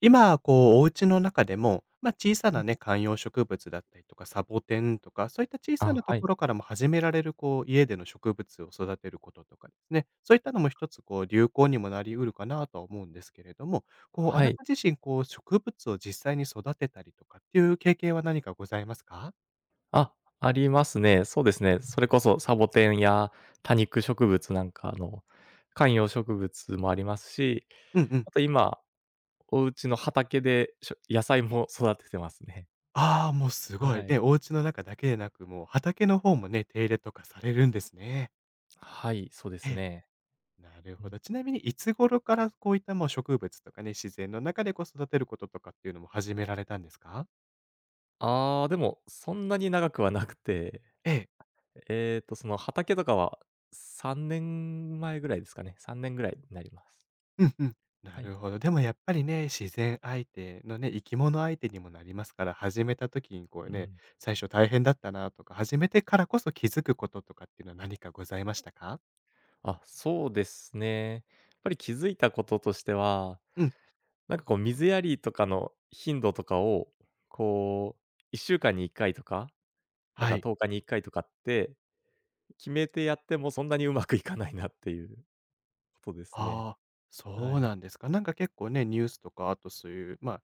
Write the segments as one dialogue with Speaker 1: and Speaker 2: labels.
Speaker 1: 今、こう、お家の中でも、まあ、小さなね、観葉植物だったりとか、サボテンとか、そういった小さな
Speaker 2: あ、
Speaker 1: と
Speaker 2: はい。
Speaker 1: ころからも始められる、こう、家での植物を育てることとかですね、そういったのも一つ、こう、流行にもなり得るかなとは思うんですけれども、こう、あ
Speaker 2: は
Speaker 1: な
Speaker 2: い。
Speaker 1: た自身、こう、植物を実際に育てたりとかっていう経験は何かございますか？
Speaker 2: あ、ありますね。そうですね。それこそサボテンや多肉植物なんかの観葉植物もありますし、
Speaker 1: うんうん。
Speaker 2: あと今、お家の畑でしょ野菜も 育ててますね。
Speaker 1: ああ、もうすごい。
Speaker 2: は
Speaker 1: ね、
Speaker 2: い。
Speaker 1: お家の中だけでなく、もう畑の方もね、手入れとかされるんですね。
Speaker 2: はい、そうですね。
Speaker 1: なる
Speaker 2: う
Speaker 1: ほ
Speaker 2: ん。
Speaker 1: ど。ちなみにいつ頃からこういったもう植物とかね、自然の中でこう育てることとかっていうのも始められたんですか？
Speaker 2: ああ、でもそんなに長くはなくて、
Speaker 1: ええ。
Speaker 2: その畑とかは3年前ぐらいですかね。3年ぐらいになります。
Speaker 1: うんうん。な
Speaker 2: は
Speaker 1: る
Speaker 2: い。
Speaker 1: ほど。でもやっぱりね、自然相手のね、生き物相手にもなりますから、始めた時にこう
Speaker 2: う
Speaker 1: ね、
Speaker 2: ん。
Speaker 1: 最初大変だったなとか、始めてからこそ気づくこととかっていうのは何かございましたか？
Speaker 2: そうですね。やっぱり気づいたこととしては、
Speaker 1: うん、
Speaker 2: なんかこう水やりとかの頻度とかを、こう1週間に1回とか、なん
Speaker 1: は
Speaker 2: か
Speaker 1: い。
Speaker 2: 10日に1回とかって決めてやってもそんなにうまくいかないなっていうことですね。
Speaker 1: ああ、
Speaker 2: は
Speaker 1: そう
Speaker 2: い。
Speaker 1: なんですか。なんか結構ね、ニュースとか、あとそういう、まあ、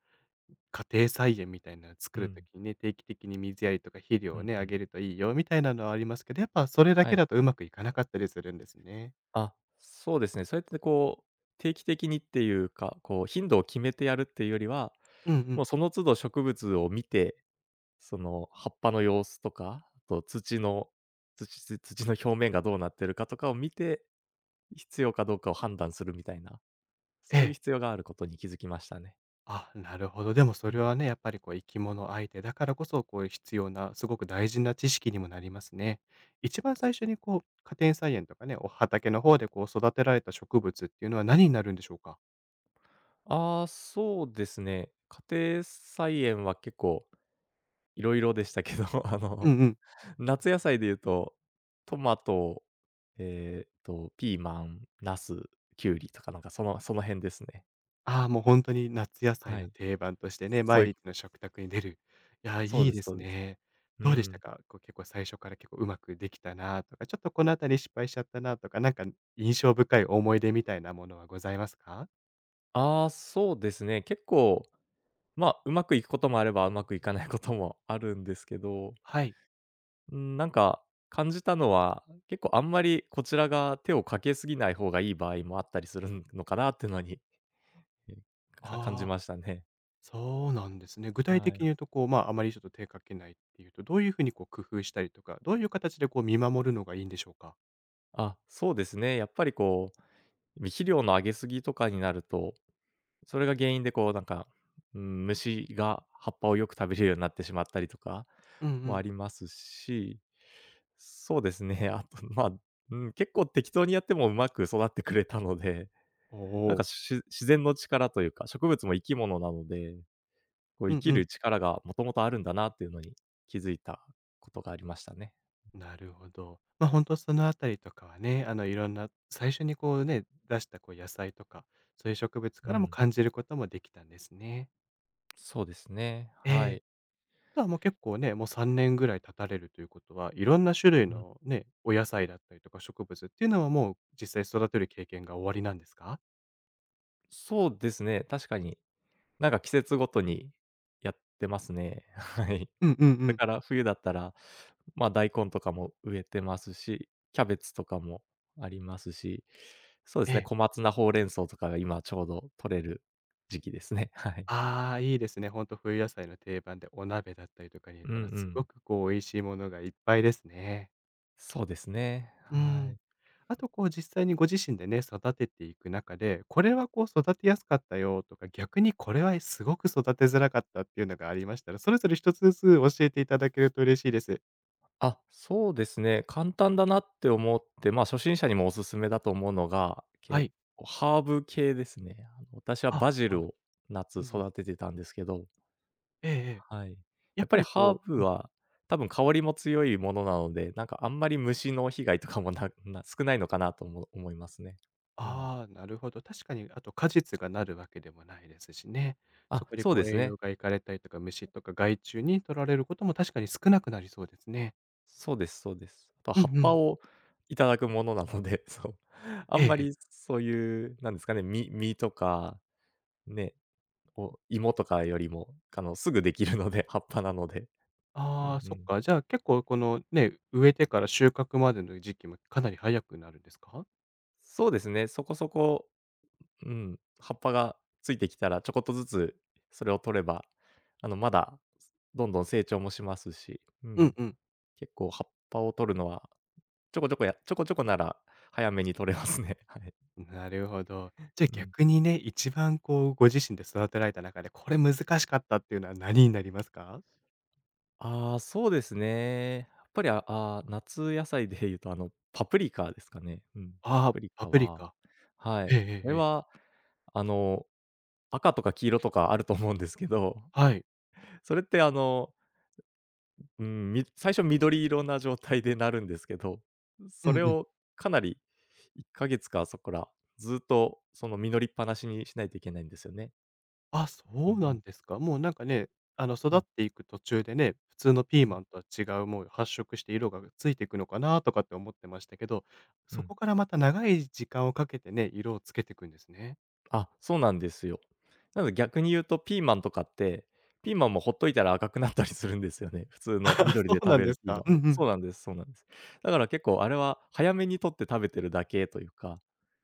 Speaker 1: 家庭菜園みたいなの作
Speaker 2: う
Speaker 1: る時
Speaker 2: ん。
Speaker 1: にね、定期的に水やりとか肥料
Speaker 2: う
Speaker 1: を
Speaker 2: ん
Speaker 1: ね、
Speaker 2: う
Speaker 1: あ
Speaker 2: ん。
Speaker 1: げるといいよみたいなのはありますけど、やっぱそれだ
Speaker 2: は
Speaker 1: け
Speaker 2: い。
Speaker 1: だとうまくいかなかったりするんですね。
Speaker 2: そうですね。そうやってこう、定期的にっていうか、こう頻度を決めてやるっていうよりは、
Speaker 1: うんう
Speaker 2: も
Speaker 1: ん。
Speaker 2: うその都度植物を見てその葉っぱの様子とか、あと土の土の表面がどうなってるかとかを見て、必要かどうかを判断するみたいな、
Speaker 1: え
Speaker 2: そういう
Speaker 1: え。
Speaker 2: 必要があることに気づきましたね。
Speaker 1: あ、なるほど。でも
Speaker 2: う
Speaker 1: それ
Speaker 2: ん。
Speaker 1: はね、やっぱりこう生き物相手だからこそ、こう必要な、すごく大事な知識にもなりますね。一番最初にこう、家庭菜園とかね、お畑の方でこう育てられた植物っていうのは何になるんでしょうか？
Speaker 2: ああ、そうですね。家庭菜園は結構いろいろでしたけど、あ
Speaker 1: う
Speaker 2: の、
Speaker 1: んうん。
Speaker 2: 夏野菜で言うと、トマト、ピーマン、ナス、キュウリとかなんかその辺ですね。
Speaker 1: ああ、もう本当に夏野菜
Speaker 2: は
Speaker 1: の
Speaker 2: い。
Speaker 1: 定番とし
Speaker 2: そ
Speaker 1: てね、
Speaker 2: そ
Speaker 1: 毎
Speaker 2: ういう
Speaker 1: 日の食卓に出る。いや、
Speaker 2: そう
Speaker 1: いい
Speaker 2: です
Speaker 1: で
Speaker 2: そ
Speaker 1: す
Speaker 2: うです。
Speaker 1: ね。
Speaker 2: う
Speaker 1: どうでした
Speaker 2: ん。
Speaker 1: か？こう、結構最初から結構うまくできたなとか、ちょっとこのあたり失敗しちゃったなとか、なんか印象深い思い出みたいなものはございますか？
Speaker 2: ああ、そうですね。結構、まあ、うまくいくこともあれば、うまくいかないこともあるんですけど、
Speaker 1: はい。
Speaker 2: うん、なんか感じたのは、結構あんまりこちらが手をかけすぎない方がいい場合もあったりするのかなっていうのに、え、感
Speaker 1: あ
Speaker 2: じ
Speaker 1: あ、
Speaker 2: ましたね。
Speaker 1: そうなんですね。具体
Speaker 2: は
Speaker 1: 的に
Speaker 2: い。
Speaker 1: 言うとこう、まあ、あまりちょっと手かけないっていうと、どういうふうにこう工夫したりとか、どういう形でこう見守るのがいいんでしょうか？
Speaker 2: そうですね。やっぱりこう、肥料のあげすぎとかになると、それが原因でこうなんか、うん、虫が葉っぱをよく食べるようになってしまったりとか
Speaker 1: うんう
Speaker 2: もあ
Speaker 1: ん。
Speaker 2: りますし、そうですね、あと、まあ、うん、結構適当にやってもうまく育ってくれたので、
Speaker 1: お
Speaker 2: なんか、
Speaker 1: お。
Speaker 2: 自然の力というか、植物も生き物なので、こう
Speaker 1: う
Speaker 2: 生
Speaker 1: ん
Speaker 2: き
Speaker 1: うん。
Speaker 2: る力がもともとあるんだなっていうのに気づいたことがありましたね。
Speaker 1: なるほど。ま、あ本当そのあたりとかはね、あの、いろんな最初にこうね、出したこう野菜とか、そういう植物か
Speaker 2: う
Speaker 1: らも
Speaker 2: ん、
Speaker 1: 感じることもできたんですね。
Speaker 2: そうですね、
Speaker 1: え
Speaker 2: は
Speaker 1: え。
Speaker 2: い。
Speaker 1: あとはもう結構ね、もう3年ぐらい経たれるということは、いろんな種類
Speaker 2: うん、
Speaker 1: のね、お野菜だったりとか植物っていうのはもう実際育てる経験が終わりなんですか？
Speaker 2: そうですね、確かになんか季節ごとにやってますね。はい。
Speaker 1: うんうんう
Speaker 2: これ
Speaker 1: ん。
Speaker 2: から冬だったら、ま、大根とかも植えてますし、キャベツとかもありますし、そうで
Speaker 1: え
Speaker 2: すね、
Speaker 1: え。
Speaker 2: 小松菜、ほうれん草とかが今ちょうど取れる時期ですね。はい。
Speaker 1: ああ、いいですね。ほんと冬野菜の定番でお鍋だったりとかに入れ
Speaker 2: うんう
Speaker 1: たらすご
Speaker 2: ん。
Speaker 1: くこう美味しいものがいっぱいですね。
Speaker 2: そうですね。
Speaker 1: う
Speaker 2: は
Speaker 1: ん。
Speaker 2: い。
Speaker 1: あとこう実際にご自身でね、育てていく中で、これはこう育てやすかったよとか、逆にこれはすごく育てづらかったっていうのがありましたら、それぞれ一つずつ教えていただけると嬉しいです。
Speaker 2: そうですね、簡単だなって思って、ま、初心者にもおすすめだと思うのが、
Speaker 1: は
Speaker 2: 結
Speaker 1: い。
Speaker 2: 構ハーブ系ですね。あの、私は
Speaker 1: あ、
Speaker 2: バジ
Speaker 1: あ
Speaker 2: ルを夏
Speaker 1: うんうん。
Speaker 2: 育ててたんですけど、
Speaker 1: ええええ。
Speaker 2: はい。や
Speaker 1: やっ
Speaker 2: っ
Speaker 1: ぱ
Speaker 2: ぱり
Speaker 1: り
Speaker 2: ハ
Speaker 1: こ
Speaker 2: ー
Speaker 1: う
Speaker 2: ブ
Speaker 1: うん、
Speaker 2: は多分香りも強いものなので、なんかあんまり虫の被害とかも少ないのかなとも思いますね。うん。
Speaker 1: ああ、なるほど。確かにあと果実がなるわけでもないですしね。そこで
Speaker 2: そう
Speaker 1: こ
Speaker 2: で
Speaker 1: う
Speaker 2: す
Speaker 1: 栄養
Speaker 2: ね。
Speaker 1: がいかれたりとか、虫とか害虫に取られることも確かに少なくなりそうですね。
Speaker 2: そうですそうです。あとは
Speaker 1: う
Speaker 2: 葉っ
Speaker 1: んう
Speaker 2: ぱ
Speaker 1: ん。
Speaker 2: をいただくものなので、そう。あ
Speaker 1: ええ
Speaker 2: んま
Speaker 1: え
Speaker 2: り
Speaker 1: え。
Speaker 2: そういう、なんですかね、実とか、ね、お芋とかよりも、あの、すぐできるので、葉っぱなので。う
Speaker 1: ああ、
Speaker 2: んう
Speaker 1: そっ
Speaker 2: ん。
Speaker 1: か。じゃあ結構このね、植えてから収穫までの時期もかなり早くなるんですか？
Speaker 2: そうですね、そこそこ、うん、葉っぱがついてきたらちょこっとずつそれを取れば、あの、まだどんどん成長もしますし、う
Speaker 1: う
Speaker 2: ん、
Speaker 1: んうん。
Speaker 2: 結構葉っぱを取るのは、ちょこちょこなら早めに取れますね。はい。
Speaker 1: なるほど。じゃあ
Speaker 2: うん。
Speaker 1: 逆にね、一番こうご自身で育てられた中で、これ難しかったっていうのは何になりますか？
Speaker 2: ああ、そうですね。やっぱり、ああー、夏野菜で言うと、あの、パプリカですかね。うん、パ
Speaker 1: ああ、
Speaker 2: プリ
Speaker 1: パ
Speaker 2: カ
Speaker 1: プリ
Speaker 2: は、
Speaker 1: カ。
Speaker 2: は
Speaker 1: え
Speaker 2: い、
Speaker 1: えええ
Speaker 2: あ
Speaker 1: え
Speaker 2: れ
Speaker 1: え。
Speaker 2: は、あの、赤とか黄色とかあると思うんですけど、
Speaker 1: はい。
Speaker 2: それってあの、うん、最初緑色な状態でなるんですけど、
Speaker 1: うん
Speaker 2: それ
Speaker 1: うん。
Speaker 2: をかなり1ヶ月かそこら、ずっとその実りっぱなしにしないといけないんですよね。
Speaker 1: あ、そ
Speaker 2: う
Speaker 1: う
Speaker 2: んう
Speaker 1: な
Speaker 2: ん、
Speaker 1: んですか。もうなんかね、あの育
Speaker 2: う
Speaker 1: っ
Speaker 2: ん、
Speaker 1: ていく途中でね、普通のピー
Speaker 2: う
Speaker 1: マン
Speaker 2: ん、
Speaker 1: とは違う、もう発色して色がついていくのかなとかって思ってましたけど、
Speaker 2: う
Speaker 1: そ
Speaker 2: ん。
Speaker 1: こからまた長い時間をかけてね、色をつけていくんですね。
Speaker 2: そうなんですよ。なので逆に言うとピーマンとかって、ピーマンもほっといたら赤くなったりするんですよね。普通 の
Speaker 1: あ
Speaker 2: 緑
Speaker 1: そ
Speaker 2: で
Speaker 1: う
Speaker 2: 食
Speaker 1: なん
Speaker 2: べ
Speaker 1: で
Speaker 2: る
Speaker 1: す
Speaker 2: ピー
Speaker 1: か。
Speaker 2: マン
Speaker 1: うんう
Speaker 2: も。そ
Speaker 1: ん。
Speaker 2: うなんですそうなんです。だから結構あれは早めに取って食べてるだけというか、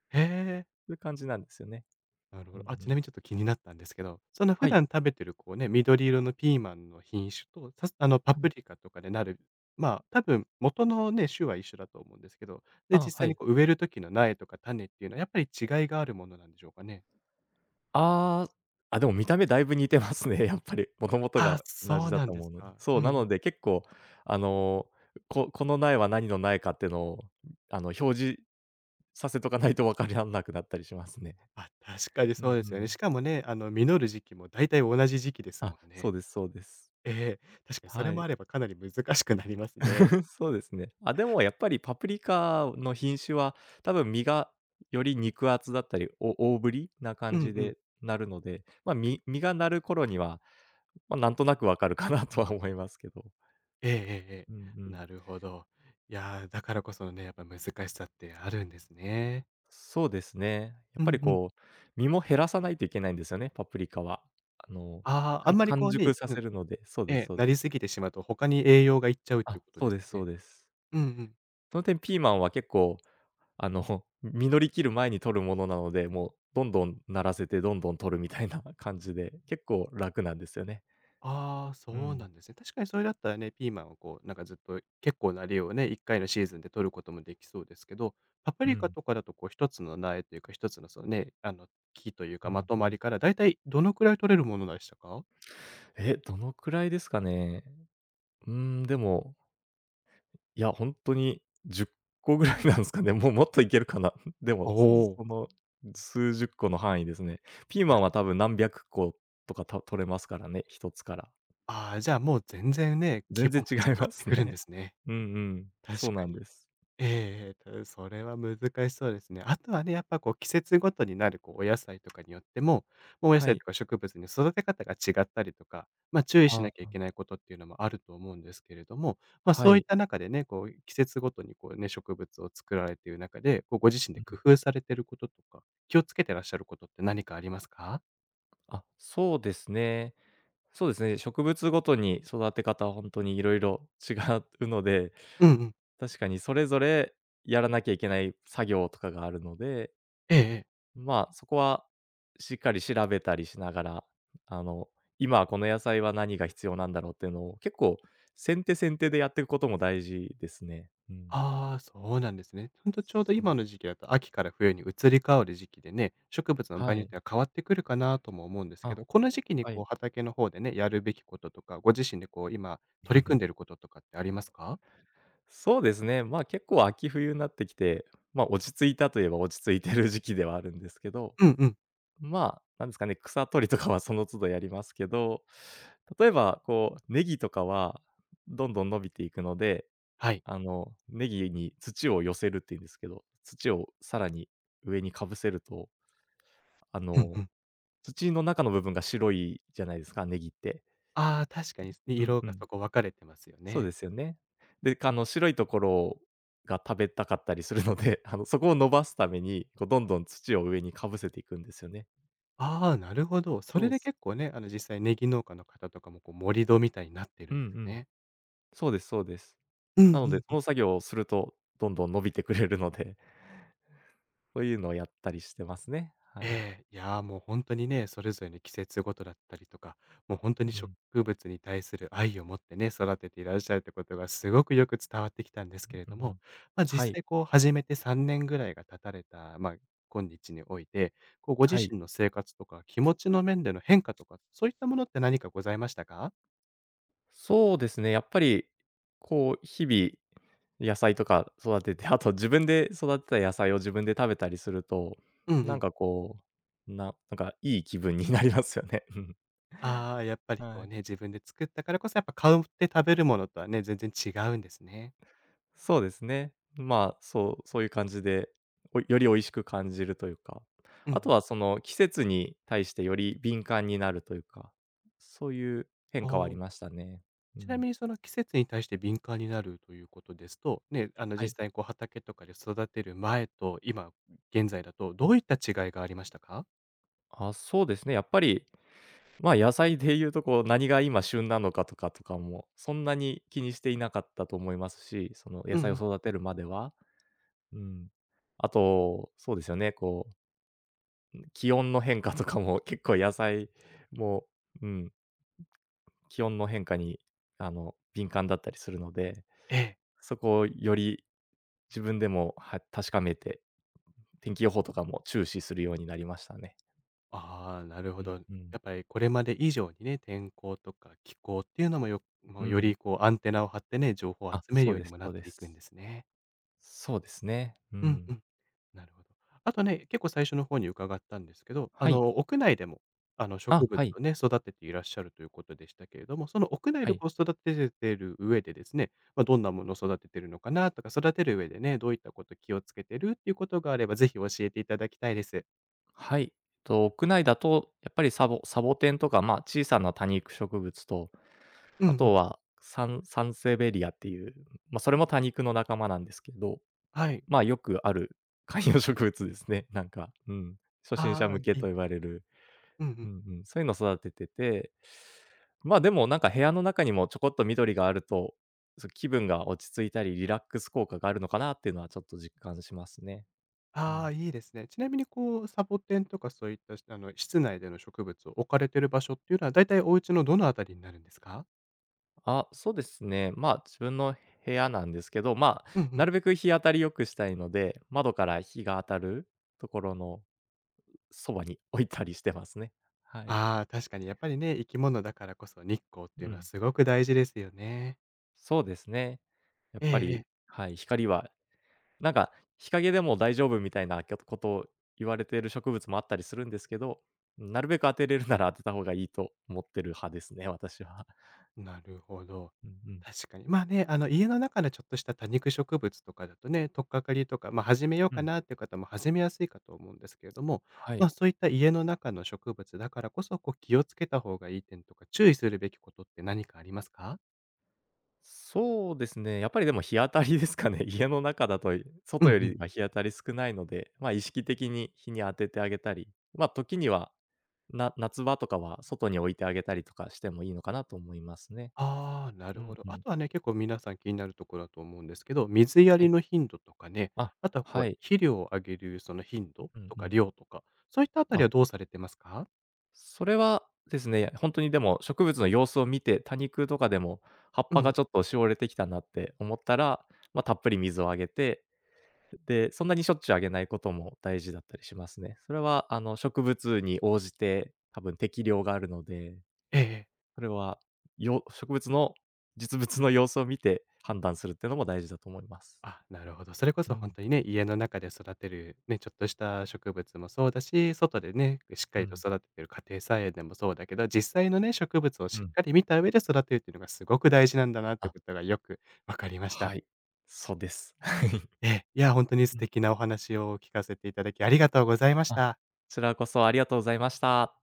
Speaker 1: へえ、
Speaker 2: そういう感じなんですよね。
Speaker 1: なる
Speaker 2: う
Speaker 1: ほ
Speaker 2: んう
Speaker 1: ど。あ、ちな
Speaker 2: ん。
Speaker 1: みにちょっと気になったんですけど、その普
Speaker 2: はい、
Speaker 1: 段食べてるこうね、緑色のピーマンの品種と、さあのパ
Speaker 2: は
Speaker 1: プ
Speaker 2: い。
Speaker 1: リカとかでなる、まあ、多分元のね、種は一緒だと思うんですけど、で、
Speaker 2: あ、
Speaker 1: 実
Speaker 2: は
Speaker 1: 際に
Speaker 2: い。
Speaker 1: こう植える時の苗とか種っていうのはやっぱり違いがあるものなんでしょうかね？
Speaker 2: ああ、でも見た目だいぶ似てますね、やっぱり。もともと
Speaker 1: あ、
Speaker 2: が同
Speaker 1: そ
Speaker 2: じ
Speaker 1: う
Speaker 2: だ
Speaker 1: なん
Speaker 2: と
Speaker 1: で
Speaker 2: 思
Speaker 1: す
Speaker 2: うので。
Speaker 1: か。
Speaker 2: そ
Speaker 1: う
Speaker 2: う、
Speaker 1: んう
Speaker 2: な
Speaker 1: ん。
Speaker 2: ので結構、あの、ここの苗は何の苗かっていうのを、あの、表示させとかないと分からんなくなったりしますね。
Speaker 1: あ、確かに
Speaker 2: う
Speaker 1: そう
Speaker 2: ん
Speaker 1: で
Speaker 2: う
Speaker 1: すよ
Speaker 2: ん。
Speaker 1: ね。しかもね、あの実る時期も大体同じ時期ですもん
Speaker 2: そ
Speaker 1: ね。
Speaker 2: うですそうです。
Speaker 1: ええ、確かにそれ
Speaker 2: は
Speaker 1: も
Speaker 2: い。
Speaker 1: あればかなり難しくなりますね。
Speaker 2: そうですね。あ、でもやっぱりパプリカの品種は、多分実がより肉厚だったり、お大ぶりな
Speaker 1: う
Speaker 2: 感
Speaker 1: んう
Speaker 2: じ
Speaker 1: ん。
Speaker 2: でなるので、ま、実がなる頃には、まあ、なんとなく分かるかなとは思いますけど。
Speaker 1: えええええ
Speaker 2: うんう
Speaker 1: え。
Speaker 2: ん。
Speaker 1: なるほど。いやー、だからこそのね、やっぱ難しさってあるんですね。
Speaker 2: そうですね。や
Speaker 1: う
Speaker 2: っぱ
Speaker 1: ん
Speaker 2: り
Speaker 1: うん。
Speaker 2: こう、実も減らさないといけないんですよね、パプリカは。あの、
Speaker 1: ああ、あんまりこ
Speaker 2: 完
Speaker 1: う
Speaker 2: 熟
Speaker 1: ね
Speaker 2: さ
Speaker 1: う
Speaker 2: せ
Speaker 1: ん、
Speaker 2: るので、そう
Speaker 1: え
Speaker 2: です
Speaker 1: え、
Speaker 2: そう。
Speaker 1: なりすぎてしまうと他に栄養がいっちゃうっていうこと
Speaker 2: そ
Speaker 1: で
Speaker 2: う
Speaker 1: す
Speaker 2: で
Speaker 1: か
Speaker 2: すそ
Speaker 1: ね。
Speaker 2: うです。
Speaker 1: うんうん。
Speaker 2: その点ピーマンは結構、あの、実りきる前に取るものなので、もうどんどんならせてどんどん取るみたいな 感じで、結構楽なんですよね。
Speaker 1: ああ、
Speaker 2: う
Speaker 1: そうな
Speaker 2: ん、
Speaker 1: んですね。確かにそれだったらね、ピーマンをこう、なんかずっと結構な量をね、1回のシーズンで取ることもできそうですけど、パプ
Speaker 2: う
Speaker 1: リカ
Speaker 2: ん、
Speaker 1: とかだとこう1つの苗というか、1つのそのね、あの、木というか
Speaker 2: う
Speaker 1: ま
Speaker 2: ん
Speaker 1: と
Speaker 2: う
Speaker 1: ま
Speaker 2: ん。
Speaker 1: りからだいたいどのくらい取れるものでしたか？
Speaker 2: え、どのくらいですかね。うーん、でもいや、ほんとに10個ぐらいなんすかね。もうもっといけるかな。で
Speaker 1: あ、
Speaker 2: も、
Speaker 1: お
Speaker 2: そ
Speaker 1: お
Speaker 2: そ
Speaker 1: ー。
Speaker 2: の数十個の範囲ですね。ピーマンは多分何百個とか、取れますからね、一つから。
Speaker 1: ああ、じゃあ、もう全然ね、規
Speaker 2: 全
Speaker 1: 模
Speaker 2: 然
Speaker 1: も
Speaker 2: 違い
Speaker 1: 違っ
Speaker 2: ま
Speaker 1: て
Speaker 2: す
Speaker 1: くるんで
Speaker 2: ね。
Speaker 1: すね。
Speaker 2: うんうん。
Speaker 1: 確
Speaker 2: そう
Speaker 1: か
Speaker 2: なん
Speaker 1: に。
Speaker 2: です。
Speaker 1: ええ、それは難しそうですね。あとはね、やっぱこう季節ごとになるこうお野菜とかによっても、もうお野
Speaker 2: は
Speaker 1: 菜と
Speaker 2: い。
Speaker 1: か植物に育て方が違ったりとか、ま、注意しなきゃい
Speaker 2: あ、
Speaker 1: けないことっていうのもあると思うんですけれども、ま、
Speaker 2: は
Speaker 1: そういっ
Speaker 2: い。
Speaker 1: た中でね、こう季節ごとにこうね、植物を作られている中で、こうご自身で
Speaker 2: う
Speaker 1: 工
Speaker 2: ん。
Speaker 1: 夫されてることとか、気をつけてらっしゃることって何かありますか？
Speaker 2: そうですね。そうですね、植物ごとに育て方はほんとに色々違うので、
Speaker 1: うんうん。
Speaker 2: 確かにそれぞれやらなきゃいけない作業とかがあるので、
Speaker 1: ええええ。
Speaker 2: まあ、そこはしっかり調べたりしながら、あの、今はこの野菜は何が必要なんだろうっていうのを結構先手先手でやっていくことも大事ですね。うん。
Speaker 1: ああ、そうなんですね。ほんとちょうど
Speaker 2: そう
Speaker 1: 今
Speaker 2: で
Speaker 1: の時期だと秋から冬に移り変わる時期でね、植物の場合
Speaker 2: は
Speaker 1: によっ
Speaker 2: い。
Speaker 1: ては変わってくるかなとも思うんですけ
Speaker 2: あ、
Speaker 1: ど、この時期に
Speaker 2: は
Speaker 1: こう
Speaker 2: い。
Speaker 1: 畑の方でね、やるべきこととか、ご自身でこう今取り組んでる こととかってありますか？
Speaker 2: そうですね、まあ、結構秋冬になってきて、まあ、落ち着いたといえば落ち着いてる時期ではあるんですけど、
Speaker 1: うんうん。
Speaker 2: まあ、なんですかね、草取りとかはその都度やりますけど、例えばこうネギとかはどんどん伸びていくので、
Speaker 1: はい。
Speaker 2: あの、ネギに土を寄せるって言うんですけど、土をさらに上にかぶせると、あ
Speaker 1: うんう
Speaker 2: の、
Speaker 1: ん。
Speaker 2: 土の中の部分が白いじゃないですか、ネギって。
Speaker 1: ああ、確かに、
Speaker 2: うん
Speaker 1: 色
Speaker 2: う
Speaker 1: が
Speaker 2: ん。
Speaker 1: そこ分かれてますよ
Speaker 2: そう
Speaker 1: ね。
Speaker 2: ですよね。で、あの、白いところが食べたかったりするので、あの、そこを伸ばすために、こう、どんどん土を上にかぶせていくんですよね。
Speaker 1: ああ、なるほど。そ
Speaker 2: そ
Speaker 1: れ
Speaker 2: うっ
Speaker 1: で
Speaker 2: す。
Speaker 1: 結構ね、あの実際ネギ農家の方とかもこう盛り土みたいになって
Speaker 2: う
Speaker 1: る
Speaker 2: ん
Speaker 1: ん
Speaker 2: う
Speaker 1: です
Speaker 2: ん。
Speaker 1: ね。
Speaker 2: そうですそうです。
Speaker 1: う
Speaker 2: なので、
Speaker 1: んう
Speaker 2: そ
Speaker 1: ん。
Speaker 2: の作業をすると、どんどん伸びてくれるので、そういうのをやったりしてますね。はい。
Speaker 1: ええ、いや、もう本当にね、それぞれの季節ごとだったりとか、もう本当
Speaker 2: う
Speaker 1: に
Speaker 2: ん、う
Speaker 1: 植
Speaker 2: ん
Speaker 1: 物に対する愛を持ってね、育てていらっしゃるってことがすごくよく伝わってきたんですけれ
Speaker 2: う
Speaker 1: ど
Speaker 2: んう
Speaker 1: も、
Speaker 2: ん。
Speaker 1: ま、
Speaker 2: は
Speaker 1: 実
Speaker 2: い、
Speaker 1: 際こう始めて3年ぐらいが経たれた、ま、今日において、こうご自
Speaker 2: はい。
Speaker 1: 身の生活とか気持ちの面での変化とか、そういったものって何かございましたか？
Speaker 2: そうですね、やっぱり、こう、日々野菜とか育てて、あと自分で育てた野菜を自分で食べたりすると、
Speaker 1: うんう
Speaker 2: なん
Speaker 1: ん。
Speaker 2: かこう、ななんかいい気分になりますよね。うん。
Speaker 1: ああ、やっぱりこ
Speaker 2: は
Speaker 1: う
Speaker 2: い。
Speaker 1: ね、自分で作ったからこそ、やっぱ買うって食べるものとはね、全然違うんですね。
Speaker 2: そうですね。まあ、そういう感じで、より美味しく感じるというか、
Speaker 1: うんう
Speaker 2: あと
Speaker 1: ん。
Speaker 2: はその季節に対してより敏感になるというか、そういう変
Speaker 1: お
Speaker 2: 化はあり
Speaker 1: お。
Speaker 2: ましたね。う
Speaker 1: ちな
Speaker 2: ん。
Speaker 1: みにその季節に対して敏感になるということですと、ね、あの
Speaker 2: はい。
Speaker 1: 実際にこう畑とかで育てる前と今現在だと
Speaker 2: う
Speaker 1: ど
Speaker 2: ん。
Speaker 1: ういった違いがありましたか？
Speaker 2: あ、そうですね、やっぱり、まあ、野菜でいうとこう、何が今旬なのかとかも、そんなに気にしていなかったと思いますし、その野
Speaker 1: うん
Speaker 2: 菜を
Speaker 1: うん。
Speaker 2: 育てるまでは。うん。あと、そうですよね、こう、気温の変化とかも結構野菜も、うん、気温の変化に、敏感だったりするので、
Speaker 1: ええ。
Speaker 2: そこをより自分でも、確かめて、天気予報とかも注視するようになりましたね。
Speaker 1: ああ、なるほ
Speaker 2: う
Speaker 1: ど。
Speaker 2: んうん。
Speaker 1: やっぱりこれまで以上にね、天候とか気候っていうのもよも
Speaker 2: う
Speaker 1: うよ
Speaker 2: ん。
Speaker 1: りこうアンテナを張ってね、情報を集
Speaker 2: あ、
Speaker 1: める
Speaker 2: そう
Speaker 1: よう
Speaker 2: で
Speaker 1: に
Speaker 2: す
Speaker 1: もな
Speaker 2: そ
Speaker 1: っ
Speaker 2: うで
Speaker 1: ていくん
Speaker 2: す。
Speaker 1: ですね。
Speaker 2: そうですね。う
Speaker 1: うんう
Speaker 2: ん。
Speaker 1: ん。なるほど。あとね、結構最初の方に伺ったんですけど、あ
Speaker 2: はい。
Speaker 1: の、屋内でも、あの、植
Speaker 2: あ、
Speaker 1: 物
Speaker 2: はい、
Speaker 1: をね、育てていらっしゃるということでしたけれども、その屋内
Speaker 2: は
Speaker 1: で
Speaker 2: い、
Speaker 1: こう育ててる上でですね、まあ、どんなものを育ててるのかなとか、育てる上でね、どういったこと気をつけてるっていうことがあれば、ぜひ教えていただきたいです。
Speaker 2: はい。と、屋内だと、やっぱりサボテンとか、まあ、小さな多肉植物と、
Speaker 1: うんう
Speaker 2: あと
Speaker 1: ん。
Speaker 2: はサンセベリアっていう、まあ、それも多肉の仲間なんですけど、
Speaker 1: はい。
Speaker 2: まあ、よくある 観葉植物ですね、なんか、うん。初心者
Speaker 1: あ
Speaker 2: 向け
Speaker 1: あ、いい
Speaker 2: と言われる。
Speaker 1: うんう
Speaker 2: う
Speaker 1: ん。
Speaker 2: んうん。そういうの育ててて、まあ、でもなんか部屋の中にもちょこっと緑があると、気分が落ち着いたりリラックス効果があるのかなっていうのはちょっと実感しますね。
Speaker 1: ああ、いいですね。ちなみにこう、サボテンとかそういった、あの、室内での植物を置かれてる場所っていうのは、大体お家のどのあたりになるんですか？
Speaker 2: あ、そうですね。まあ、自分の部屋なんですけど、まあ、
Speaker 1: うんう
Speaker 2: な
Speaker 1: ん。
Speaker 2: るべく日当たり良くしたいので、窓から日が当たるところのそばに 置いたりしてますね。はい。
Speaker 1: ああ、確かにやっぱりね、生き物だからこそ日光っていう
Speaker 2: う
Speaker 1: のは
Speaker 2: ん。
Speaker 1: すごく大事ですよね。
Speaker 2: そうですね。やっ
Speaker 1: ええ
Speaker 2: ぱ
Speaker 1: え
Speaker 2: り、
Speaker 1: え、
Speaker 2: はい、光は、なんか、日陰でも大丈夫みたいなことを言われている植物もあったりするんですけど、なるべく当てれるなら当てた方がいいと思ってる派ですね、私は。
Speaker 1: なるほど。
Speaker 2: うんうん。
Speaker 1: 確かに。まあね、あの家の中のちょっとした多肉植物とかだとね、とっかかりとか、ま、始めよう
Speaker 2: う
Speaker 1: か
Speaker 2: ん。
Speaker 1: なっていう方も始めやすいかと思うんですけれども、
Speaker 2: は
Speaker 1: ま、
Speaker 2: い。
Speaker 1: そういった家の中の植物だからこそ、こう気をつけた方がいい点とか、注意するべきことって何かありますか？
Speaker 2: そうですね、やっぱりでも日当たりですかね。家の中だと
Speaker 1: う
Speaker 2: 外
Speaker 1: ん
Speaker 2: よ
Speaker 1: うん。
Speaker 2: りは日当たり少ないので、ま、意識的に日に当ててあげたり、ま、時には、夏場とかは外に置いてあげたりとかしてもいいのかなと思いますね。
Speaker 1: ああ、な
Speaker 2: う
Speaker 1: るほ
Speaker 2: ん
Speaker 1: ど。
Speaker 2: う
Speaker 1: あ
Speaker 2: ん。
Speaker 1: とはね、結構皆さん気になるところだと思うんですけど、水や
Speaker 2: は
Speaker 1: り
Speaker 2: い。
Speaker 1: の頻度とかね、
Speaker 2: あ、
Speaker 1: あとはこう、
Speaker 2: はい。
Speaker 1: 肥料をあげるその頻度
Speaker 2: うん
Speaker 1: と
Speaker 2: う
Speaker 1: か
Speaker 2: ん。
Speaker 1: 量とか、そういったあたり
Speaker 2: あ、
Speaker 1: はどうされてますか？
Speaker 2: それはですね、本当にでも植物の様子を見て、多肉とかでも葉っ
Speaker 1: う
Speaker 2: ぱが
Speaker 1: ん
Speaker 2: ちょっとしおれてきたなって思ったら、まあ、たっぷり水をあげて、で、そんなにしょっちゅうあげないことも大事だったりしますね。それは、あの、植物に応じて多分適量があるので、
Speaker 1: ええ
Speaker 2: それは、植物の実物の様子を見て判断するっていうのも大事だと思います。
Speaker 1: あ、なるほど。それこ
Speaker 2: う
Speaker 1: そ
Speaker 2: ん、
Speaker 1: 本当にね、家の中で育てるね、ちょっとした植物もそうだし、外でね、しっか
Speaker 2: う
Speaker 1: りと
Speaker 2: ん、
Speaker 1: 育ててる家庭菜園でもそうだけど、実際のね、植物を
Speaker 2: う
Speaker 1: しっ
Speaker 2: ん。
Speaker 1: かり見た上で育てるっていうのがすごく大事なんだなって
Speaker 2: あ、
Speaker 1: ことがよくわかりました。
Speaker 2: はい。そうです。はい。
Speaker 1: ええ、いや、本当に素
Speaker 2: うん。
Speaker 1: 敵なお話を聞かせていただき、ありがとうございまし
Speaker 2: あ、こ
Speaker 1: た。
Speaker 2: ちらこそありがとうございました。